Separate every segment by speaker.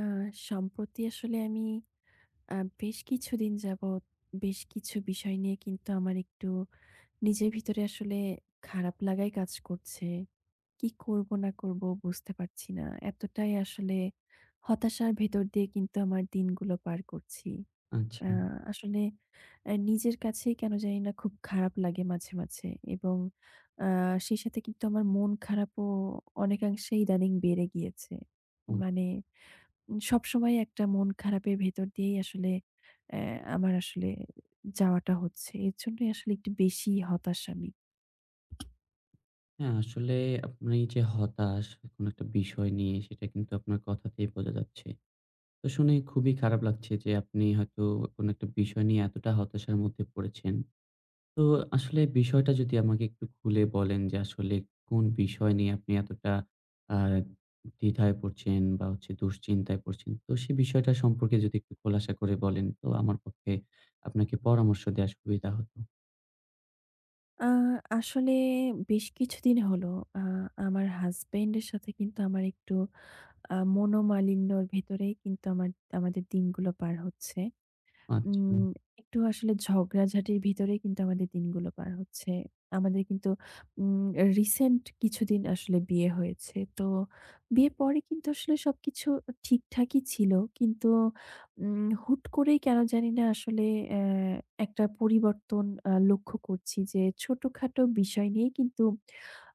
Speaker 1: আ সম্প্রতি আসলে আমি বেশ কিছুদিন যাবৎ বেশ কিছু বিষয় নিয়ে কিন্তু আমার একটু নিজের ভিতরে আসলে খারাপ লাগাই কাজ করছে। কি করব না করব বুঝতে পারছি না। এতটাই আসলে হতাশার ভেতর দিয়ে কিন্তু আমার দিনগুলো পার করছি।
Speaker 2: আচ্ছা।
Speaker 1: আ আসলে নিজের কাছেই কেন জানি না খুব খারাপ লাগে মাঝে, মাঝে। এবং আ সেই সাথে কিন্তু আমার মন খারাপও অনেকাংশে ইদানিং বেড়ে গিয়েছে।
Speaker 2: ও
Speaker 1: মানে সবসময় একটা মন খারাপের ভেতর দিয়েই আসলে অ্যা আমার আসলে যাওয়াটা হচ্ছে। এর জন্যই আসলে একটু বেশি হতাশ আমি।
Speaker 2: হ্যাঁ, আসলে আপনি যে হতাশ কোনো একটা বিষয় নিয়ে সেটা কিন্তু আপনার কথাতেই বোঝা যাচ্ছে। তো শুনে খুবই খারাপ লাগছে যে আপনি হয়তো কোনো একটা বিষয় নিয়ে এতটা হতাশার মধ্যে পড়েছেন। তো আসলে বিষয়টা যদি আমাকে একটু খুলে বলেন যে আসলে কোন বিষয় নিয়ে আপনি এতটা আ দ্বিধায় পড়ছেন বা হচ্ছে দুশ্চিন্তায় পড়ছেন। তো সে বিষয়টা সম্পর্কে যদি একটু খোলাসা করে বলেন তো আমার পক্ষে আপনাকে পরামর্শ দেয়া সুবিধা হতো।
Speaker 1: আ আসলে বেশ কিছুদিন হলো আ আমার হাসব্যান্ডের সাথে কিন্তু আমার একটু মনোমালিন্যর ভেতরেই কিন্তু আমাদের দিনগুলো পার হচ্ছে।
Speaker 2: আচ্ছা।
Speaker 1: উম একটু আসলে ঝগড়াঝাটির ভিতরে কিন্তু আমাদের দিনগুলো পার হচ্ছে। আমাদের কিন্তু উম রিসেন্ট কিছুদিন আসলে বিয়ে হয়েছে। তো বিয়ের পরে কিন্তু আসলে সবকিছু ঠিকঠাকই ছিল। কিন্তু হুট করেই কেন জানি না আসলে অ্যা একটা পরিবর্তন লক্ষ্য করছি যে ছোটখাটো বিষয় নিয়েই কিন্তু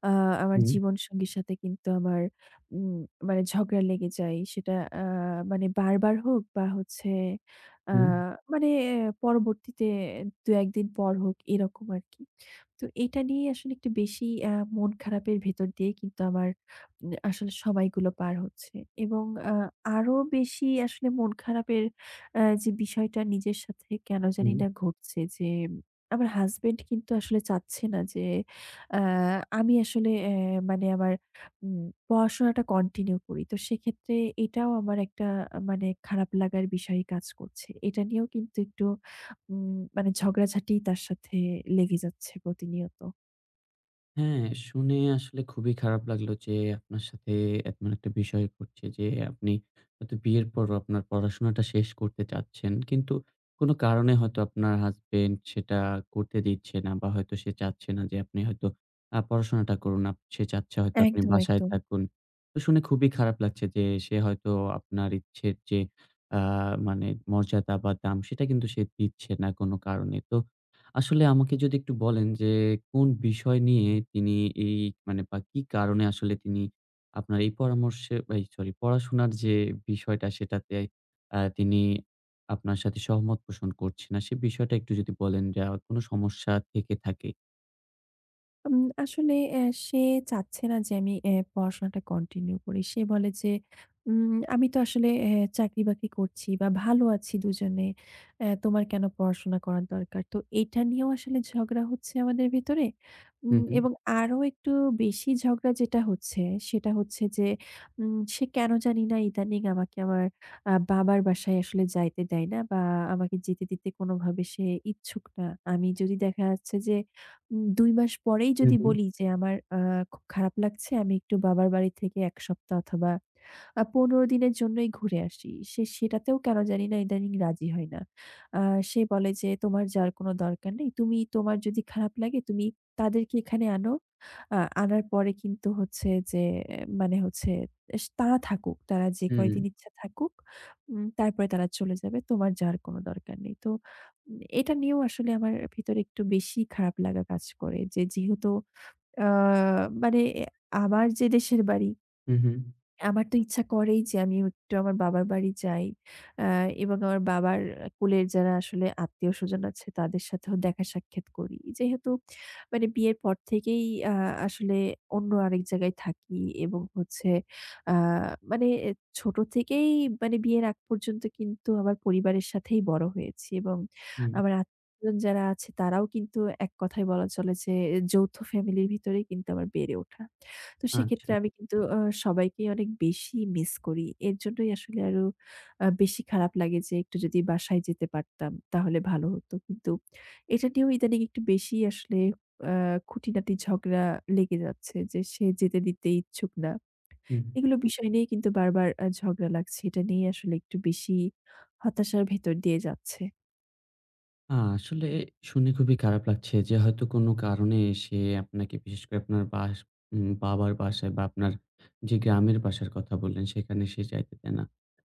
Speaker 1: আ আমার
Speaker 2: হুম,
Speaker 1: জীবনসঙ্গীর সাথে কিন্তু আমার উম মানে ঝগড়া লেগে যায়। সেটা আ মানে বারবার হোক বা হচ্ছে আ
Speaker 2: হুম,
Speaker 1: মানে পরবর্তীতে ২-১ দিন পর হোক এরকম আরকি। তো এটা নিয়ে আসলে একটু বেশি মন খারাপের ভেতর দিয়ে কিন্তু আমার আসলে সময়গুলো পার হচ্ছে। এবং আ আরো বেশি আসলে মন খারাপের যে বিষয়টা নিজের সাথে কেন জানি
Speaker 2: হুম।
Speaker 1: না ঘটছে যে, আমার হাসব্যান্ড কিন্তু আসলে চাচ্ছে না যে আ আমি আসলে মানে আমার উম পড়াশোনাটা কন্টিনিউ করি। তো সেক্ষেত্রে এটাও আমার একটা মানে খারাপ লাগার বিষয়ই কাজ করছে। এটা নিয়েও কিন্তু একটু মানে ঝগড়াঝাটি তার সাথে লেগে যাচ্ছে প্রতিনিয়ত।
Speaker 2: হ্যাঁ, শুনে আসলে খুবই খারাপ লাগলো যে আপনার সাথে এমন একটা বিষয় ঘটছে যে আপনি হয়তো বিয়ের পরও আপনার পড়াশোনাটা শেষ করতে চাচ্ছেন। কিন্তু কোনো কারণে হয়তো আপনার হাসব্যান্ড সেটা করতে দিচ্ছে না বা হয়তো সে চাচ্ছে না যে আপনি হয়তো পড়াশোনাটা করুন। সে চাচ্ছে হয়তো আপনি
Speaker 1: একদম,
Speaker 2: বাসায়
Speaker 1: একদম।
Speaker 2: থাকুন। তো শুনে খুবই খারাপ লাগছে যে সে হয়তো আপনার ইচ্ছের যে আ মানে মর্যাদা বা দাম সেটা কিন্তু সে দিচ্ছে না কোনো কারণে। তো আসলে আমাকে যদি একটু বলেন যে কোন বিষয় নিয়ে তিনি এই মানে বা কি কারণে আসলে তিনি আপনার এই পরামর্শে এই সরি পড়াশোনার যে বিষয়টা সেটাতে তিনি আপনার সাথে সহমত পোষণ করছে না, সে বিষয়টা একটু যদি বলেন যে কোনো সমস্যা থেকে থাকে।
Speaker 1: আসলে সে চাচ্ছে না যে আমি পড়াশোনাটা কন্টিনিউ করি। সে বলে যে, "আমি তো আসলে চাকরি-বাকরি করছি বা ভালো আছি দুজনে। তোমার কেন পড়াশোনা করার দরকার?" তো এটা নিয়েও আসলে ঝগড়া হচ্ছে আমাদের ভেতরে।
Speaker 2: হুম, হুম,
Speaker 1: এবং আরো একটু বেশি ঝগড়া যেটা হচ্ছে, সেটা হচ্ছে যে সে কেন জানি না ইদানিং আমাকে আমার বাবার বাসায় আসলে যাইতে দেয় না বা আমাকে যেতে দিতে কোনোভাবে সে ইচ্ছুক না। আমি যদি দেখা যাচ্ছে যে ২ মাস পরেই যদি
Speaker 2: হুম,
Speaker 1: বলি যে আমার খুব খারাপ লাগছে, আমি একটু বাবার বাড়ি থেকে ১ সপ্তাহ অথবা ১৫ দিনের জন্যই ঘুরে আসি। সে সেটাতেও কেন জানি না ইদানিং রাজি হয় না। আ সে বলে যে, "তোমার যাওয়ার কোনো দরকার নেই। তুমি তোমার যদি খারাপ লাগে তুমি তাদেরকে এখানে আনো। আ আনার পরে কিন্তু হচ্ছে যে মানে হচ্ছে তারা থাকুক। তারা যে
Speaker 2: হুম, হুম,
Speaker 1: কয়দিন ইচ্ছা থাকুক। তারপরে তারা চলে যাবে। তোমার যাওয়ার কোনো দরকার নেই।" তো এটা নিয়েও আসলে আমার ভিতরে একটু বেশি খারাপ লাগা কাজ করে যে যেহেতু আ মানে আমার যে দেশের বাড়ি,
Speaker 2: হুম, হুম,
Speaker 1: আমার তো ইচ্ছা করেই যে আমি একটু আমার বাবার বাড়ি যাই। আ এবং আমার বাবার কুলের যারা আসলে আত্মীয়স্বজন আছে তাদের সাথেও দেখা সাক্ষাৎ করি। যেহেতু মানে বিয়ের পর থেকেই আ আসলে অন্য আরেক জায়গায় থাকি এবং হচ্ছে আ মানে ছোট থেকেই মানে বিয়ের আগ পর্যন্ত কিন্তু আমার পরিবারের সাথেই বড় হয়েছি এবং
Speaker 2: হুম,
Speaker 1: আমার আত্মীয়স্বজন যারা আছে তারাও কিন্তু এক কথায় বলা চলে যে যৌথ ফ্যামিলির ভিতরেই কিন্তু আমার বেড়ে ওঠা। তো সেক্ষেত্রে
Speaker 2: আচ্ছা।
Speaker 1: আমি কিন্তু সবাইকেই অনেক বেশি মিস করি। এর জন্যই আসলে আরো বেশি খারাপ লাগে যে একটু যদি বাসায় যেতে পারতাম তাহলে ভালো হতো। কিন্তু এটা নিয়েও ইদানিং একটু বেশি আসলে আ খুঁটিনাটি ঝগড়া লেগে যাচ্ছে যে সে যেতে দিতে ইচ্ছুক না।
Speaker 2: হুম।
Speaker 1: এগুলো বিষয় নিয়ে কিন্তু বারবার ঝগড়া লাগছে। এটা নিয়ে আসলে একটু বেশি হতাশার ভেতর দিয়ে যাচ্ছে।
Speaker 2: আসলে শুনে খুবই খারাপ লাগছে যে হয়তো কোনো কারণে সে আপনাকে বিশেষ করে আপনার বাস উম বাবার বাসায় বা আপনার যে গ্রামের বাসার কথা বললেন সেখানে সে যাইতে দেয় না।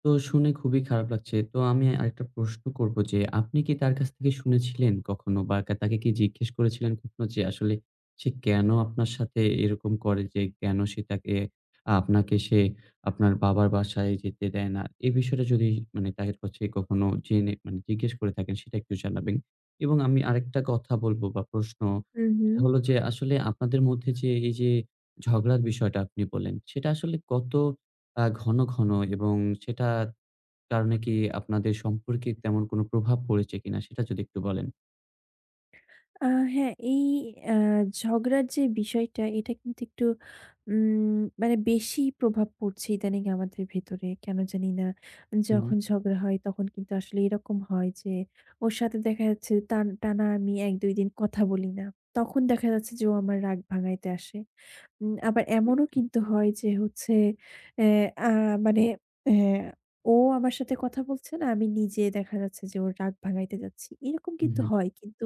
Speaker 2: তো শুনে খুবই খারাপ লাগছে। তো আমি আরেকটা প্রশ্ন করব যে, আপনি কি তার কাছ থেকে শুনেছিলেন কখনো বা তাকে কি জিজ্ঞেস করেছিলেন কখনো যে আসলে সে কেন আপনার সাথে এরকম করে, যে কেন সে তাকে আপনাকে সে আপনার বাবার বাসায় যেতে দেয় না? এই বিষয়টা যদি মানে তাদের কাছে কখনো জেনে মানে জিজ্ঞেস করে থাকেন, সেটা একটু জানাবেন। এবং আমি আরেকটা কথা বলবো বা প্রশ্ন,
Speaker 1: হুম, হুম।
Speaker 2: সেটা হলো যে আসলে আপনাদের মধ্যে যে এই যে ঝগড়ার বিষয়টা আপনি বললেন, সেটা আসলে কত ঘন, ঘন এবং সেটার কারণে কি আপনাদের সম্পর্কে তেমন কোনো প্রভাব পড়েছে কিনা? সেটা যদি একটু বলেন।
Speaker 1: আ হ্যাঁ, এই অ্যা ঝগড়ার যে বিষয়টা এটা কিন্তু একটু মানে বেশি প্রভাব পড়ছে ইদানিং আমাদের ভেতরে। কেন জানি না
Speaker 2: হুম,
Speaker 1: যখন ঝগড়া হয় তখন কিন্তু আসলে এরকম হয় যে ওর সাথে দেখা যাচ্ছে টান টানা আমি ১-২ দিন কথা বলি না। তখন দেখা যাচ্ছে যে ও আমার রাগ ভাঙাইতে আসে। আবার এমনও কিন্তু হয় যে হচ্ছে অ্যা আ মানে অ্যা ও আমার সাথে কথা বলছে না, আমি নিজে দেখা যাচ্ছে যে ওর রাগ ভাঙাইতে যাচ্ছি। এরকম
Speaker 2: হুম,
Speaker 1: কিন্তু
Speaker 2: হুম,
Speaker 1: হয়। কিন্তু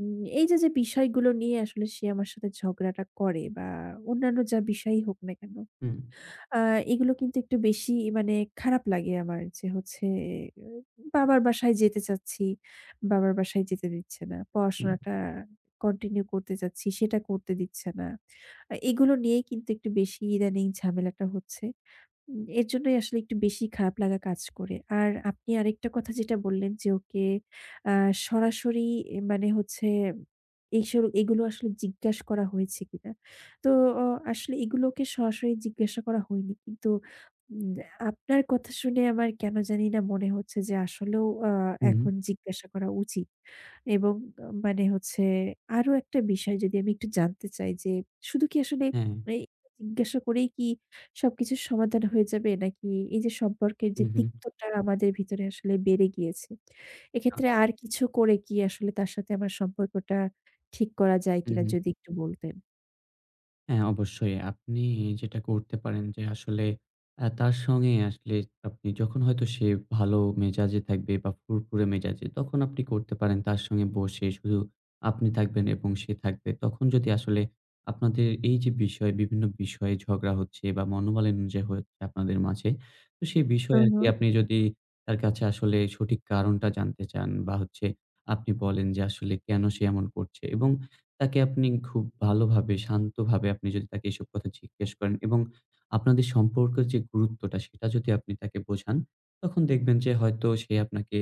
Speaker 1: এই যে, যে বিষয়গুলো নিয়ে আসলে সে আমার সাথে ঝগড়াটা করে বা অন্যান্য যা বিষয়ই হোক না কেন,
Speaker 2: হুম,
Speaker 1: আ এগুলো কিন্তু একটু বেশি মানে খারাপ লাগে আমার যে হচ্ছে আহ, বাবার বাসায় যেতে চাচ্ছি, বাবার বাসায় যেতে দিচ্ছে না।
Speaker 2: হুম,
Speaker 1: পড়াশোনাটা কন্টিনিউ করতে চাচ্ছি, সেটা করতে দিচ্ছে না। এগুলো নিয়েই কিন্তু একটু বেশি ইদানিং ঝামেলাটা হচ্ছে। এর জন্যই আসলে একটু বেশি খারাপ লাগা কাজ করে। আর আপনি আরেকটা কথা যেটা বললেন যে ওকে আ সরাসরি মানে হচ্ছে এইসব এগুলো আসলে জিজ্ঞাসা করা হয়েছে কিনা? তো অ আসলে এগুলোকে সরাসরি জিজ্ঞাসা করা হয়নি। কিন্তু উম আপনার কথা শুনে আমার কেন জানি না মনে হচ্ছে যে আসলেও
Speaker 2: হুম,
Speaker 1: এখন জিজ্ঞাসা করা উচিত। এবং মানে হচ্ছে আরো একটা বিষয় যদি আমি একটু জানতে চাই যে শুধু কি আসলে
Speaker 2: হ্যাঁ,
Speaker 1: এই জিজ্ঞাসা করেই কি সবকিছুর সমাধান হয়ে যাবে নাকি এই যে সম্পর্কের
Speaker 2: হুম,
Speaker 1: যে
Speaker 2: হুম,
Speaker 1: তিক্ততা আমাদের ভিতরে আসলে বেড়ে গিয়েছে।
Speaker 2: আ
Speaker 1: এক্ষেত্রে আর কিছু করে কি আসলে তার সাথে আমার সম্পর্কটা ঠিক করা যায়
Speaker 2: হুম,
Speaker 1: কিনা
Speaker 2: হুম।
Speaker 1: যদি একটু বলতেন?
Speaker 2: হ্যাঁ, অবশ্যই। আপনি যেটা করতে পারেন যে আসলে তার সঙ্গে আসলে আপনি যখন হয়তো সে ভালো মেজাজে থাকবে বা ফুরফুরে মেজাজে, তখন আপনি করতে পারেন তার সঙ্গে বসে, শুধু আপনি থাকবেন এবং সে থাকবে। তখন যদি আসলে আপনাদের এই যে বিষয়, বিভিন্ন বিষয়ে ঝগড়া হচ্ছে বা মনোমালিন্য যে হচ্ছে আপনাদের মাঝে, তো সেই
Speaker 1: হু,
Speaker 2: বিষয়ে
Speaker 1: হু।
Speaker 2: আরকি আপনি যদি তার কাছে আসলে সঠিক কারণটা জানতে চান বা হচ্ছে আপনি বলেন যে আসলে কেন সে এমন করছে, এবং তাকে আপনি খুব ভালোভাবে শান্তভাবে আপনি যদি তাকে এসব কথা জিজ্ঞেস করেন এবং আপনাদের সম্পর্কের যে গুরুত্বটা সেটা যদি আপনি তাকে বোঝান, তখন দেখবেন যে হয়তো সে আপনাকে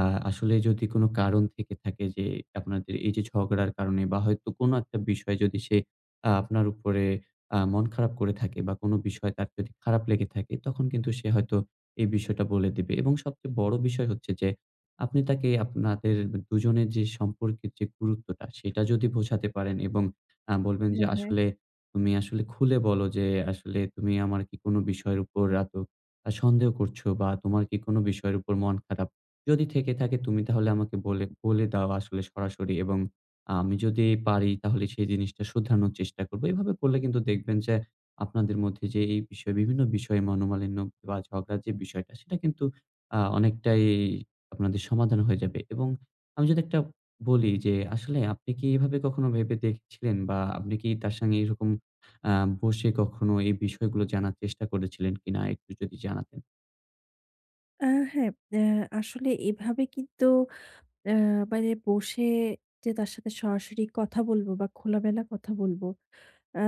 Speaker 2: আ আসলে যদি কোনো কারণ থেকে থাকে যে আপনাদের এই যে ঝগড়ার কারণে বা হয়তো কোনো একটা বিষয় যদি সে আপনার উপরে মন খারাপ করে থাকে বা কোনো বিষয় তার যদি খারাপ লেগে থাকে, তখন কিন্তু সে হয়তো এই বিষয়টা বলে দিবে। এবং সবচেয়ে বড় বিষয় হচ্ছে যে আপনি তাকে আপনাদের দুজনের যে সম্পর্কের যে গুরুত্বটা সেটা যদি বোঝাতে পারেন এবং বলবেন যে
Speaker 1: হ্যাঁ, হ্যাঁ।
Speaker 2: আসলে তুমি আসলে খুলে বলো যে আসলে তুমি আমার কি কোনো বিষয়ের উপর এত সন্দেহ করছো বা তোমার কি কোনো বিষয়ের উপর মন খারাপ? যদি থেকে থাকে, তুমি তাহলে আমাকে বলে বলে দাও আসলে সরাসরি, এবং আমি যদি পারি তাহলে সেই জিনিসটা শুধরানোর চেষ্টা করব। এভাবে করলে কিন্তু দেখবেন যে আপনাদের মধ্যে যে এই বিষয় বিভিন্ন বিষয়ে মনোমালিন্য বা ঝগড়ার যে বিষয়টা সেটা কিন্তু অনেকটাই আপনাদের সমাধান হয়ে যাবে। এবং আমি যদি একটা বলি যে আসলে আপনি কি এভাবে কখনো ভেবে দেখেছিলেন বা আপনি কি তার সঙ্গে এরকম আ বসে কখনো এই বিষয়গুলো জানার চেষ্টা করেছিলেন কিনা, একটু যদি জানাতেন?
Speaker 1: আ হ্যাঁ, আ আসলে এভাবে কিন্তু আ মানে বসে যে তার সাথে সরাসরি কথা বলবো বা খোলামেলা কথা বলবো, আ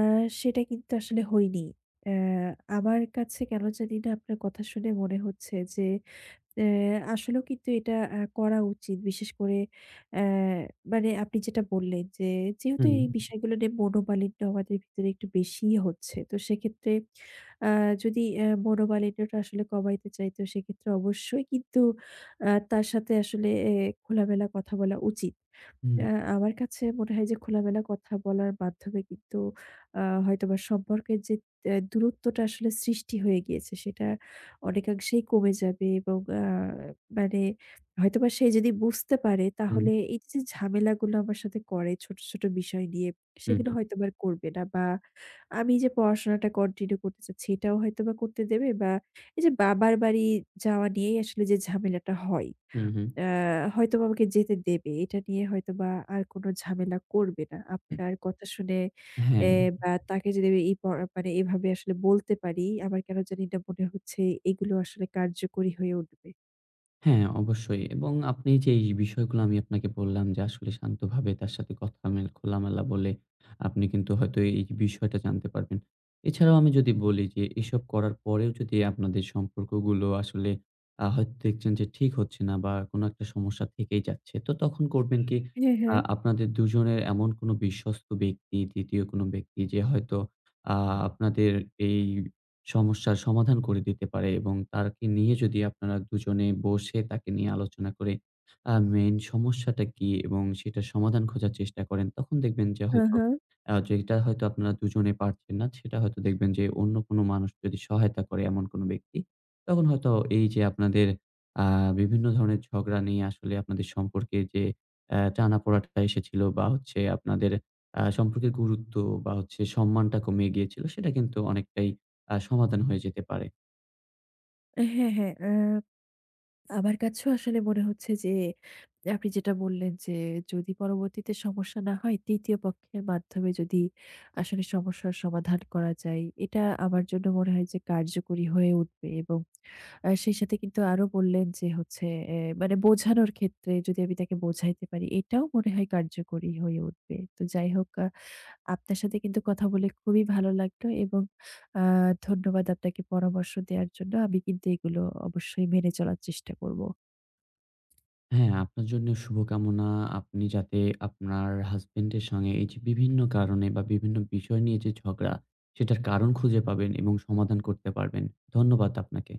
Speaker 1: সেটা কিন্তু আসলে হয়নি। আ আমার কাছে কেন জানি না আপনার কথা শুনে মনে হচ্ছে যে অ্যা আসলেও কিন্তু এটা করা উচিত। বিশেষ করে অ্যা মানে আপনি যেটা বললেন যে, যেহেতু
Speaker 2: হুম,
Speaker 1: এই বিষয়গুলো নিয়ে মনোমালিন্য আমাদের ভিতরে একটু বেশিই হচ্ছে। তো সেক্ষেত্রে আ যদি মনোমালিন্যটা আসলে কমাইতে চাই, তো সেক্ষেত্রে অবশ্যই কিন্তু তার সাথে আসলে খোলামেলা কথা বলা উচিত।
Speaker 2: হুম,
Speaker 1: আ আমার কাছে মনে হয় যে খোলামেলা কথা বলার মাধ্যমে কিন্তু আ হয়তোবা সম্পর্কের যে দূরত্বটা আসলে সৃষ্টি হয়ে গিয়েছে সেটা অনেকাংশেই কমে যাবে এবং মানে হয়তোবা সে যদি বুঝতে পারে
Speaker 2: হুম,
Speaker 1: তাহলে এই যে ঝামেলাগুলো আমার সাথে করে ছোট, ছোট বিষয় নিয়ে,
Speaker 2: হুম,
Speaker 1: সেগুলো হয়তোবা আর করবে না বা আমি যে পড়াশোনাটা কন্টিনিউ করতে চাচ্ছি এটাও হয়তোবা করতে দেবে বা এই যে বাবার বাড়ি যাওয়া নিয়েই আসলে যে ঝামেলাটা হয়,
Speaker 2: হুম, হুম,
Speaker 1: আ হয়তোবা আমাকে যেতে দেবে। এটা নিয়ে হয়তোবা আর কোনো ঝামেলা করবে না।
Speaker 2: হুম।
Speaker 1: আপনার কথা শুনে
Speaker 2: হ্যাঁ।
Speaker 1: এ বা তাকে যদি আমি এই প মানে এভাবে আসলে বলতে পারি, আমার কেন জানি না মনে হচ্ছে এগুলো আসলে কার্যকরী হয়ে উঠবে।
Speaker 2: হ্যাঁ, অবশ্যই। এবং আপনি যে এই বিষয়গুলো আমি আপনাকে বললাম যে আসলে শান্তভাবে তার সাথে কথা খোলামেলা বলে আপনি কিন্তু হয়তো এই বিষয়টা জানতে পারবেন। এছাড়াও আমি যদি বলি যে এসব করার পরেও যদি আপনাদের সম্পর্কগুলো আসলে হয়তো দেখছেন যে ঠিক হচ্ছে না বা কোনো একটা সমস্যা থেকেই যাচ্ছে, তো তখন করবেন কি
Speaker 1: হ্যাঁ, হ্যাঁ।
Speaker 2: আপনাদের দুজনের এমন কোনো বিশ্বস্ত ব্যক্তি, ৩য় কোনো ব্যক্তি যে হয়তো আ আপনাদের এই সমস্যার সমাধান করে দিতে পারে, এবং তাকে নিয়ে যদি আপনারা দুজনে বসে তাকে নিয়ে আলোচনা করে মেইন সমস্যাটা কি এবং সেটার সমাধান খোঁজার চেষ্টা করেন, তখন দেখবেন যে জি।
Speaker 1: হ্যাঁ,
Speaker 2: হয়তো
Speaker 1: হ্যাঁ।
Speaker 2: যেটা হয়তো আপনারা দুজনে পারছেন না, সেটা হয়তো দেখবেন যে অন্য কোনো মানুষ যদি সহায়তা করে এমন কোনো ব্যক্তি, তখন হয়তো এই যে আপনাদের আ বিভিন্ন ধরনের ঝগড়া নিয়ে আসলে আপনাদের সম্পর্কে যে টানাপোড়াটা এসেছিল বা হচ্ছে আপনাদের সম্পর্কের গুরুত্ব বা হচ্ছে সম্মানটা কমে গিয়েছিল, সেটা কিন্তু অনেকটাই সমাধান হয়ে যেতে পারে।
Speaker 1: হ্যাঁ, হ্যাঁ। আমার কাছেও আসলে মনে হচ্ছে যে আপনি যেটা বললেন যে যদি পরবর্তীতে সমস্যা না হয়, তৃতীয় পক্ষের মাধ্যমে যদি আসলে সমস্যার সমাধান করা যায়, এটা আমার জন্য মনে হয় যে কার্যকরী হয়ে উঠবে। এবং আর সেই সাথে কিন্তু আরো বললেন যে হচ্ছে এ মানে বোঝানোর ক্ষেত্রে যদি আমি তাকে বোঝাইতে পারি, এটাও মনে হয় কার্যকরী হয়ে উঠবে। তো যাই হোক, আপনার সাথে কিন্তু কথা বলে খুবই ভালো লাগলো এবং আ ধন্যবাদ আপনাকে পরামর্শ দেওয়ার জন্য। আমি কিন্তু এগুলো অবশ্যই মেনে চলার চেষ্টা করব।
Speaker 2: হ্যাঁ, আপনার জন্য শুভকামনা। আপনি যাতে আপনার হাসব্যান্ডের সঙ্গে এই যে বিভিন্ন কারণে বা বিভিন্ন বিষয় নিয়ে যে ঝগড়া, সেটার কারণ খুঁজে পাবেন এবং সমাধান করতে পারবেন। ধন্যবাদ আপনাকে।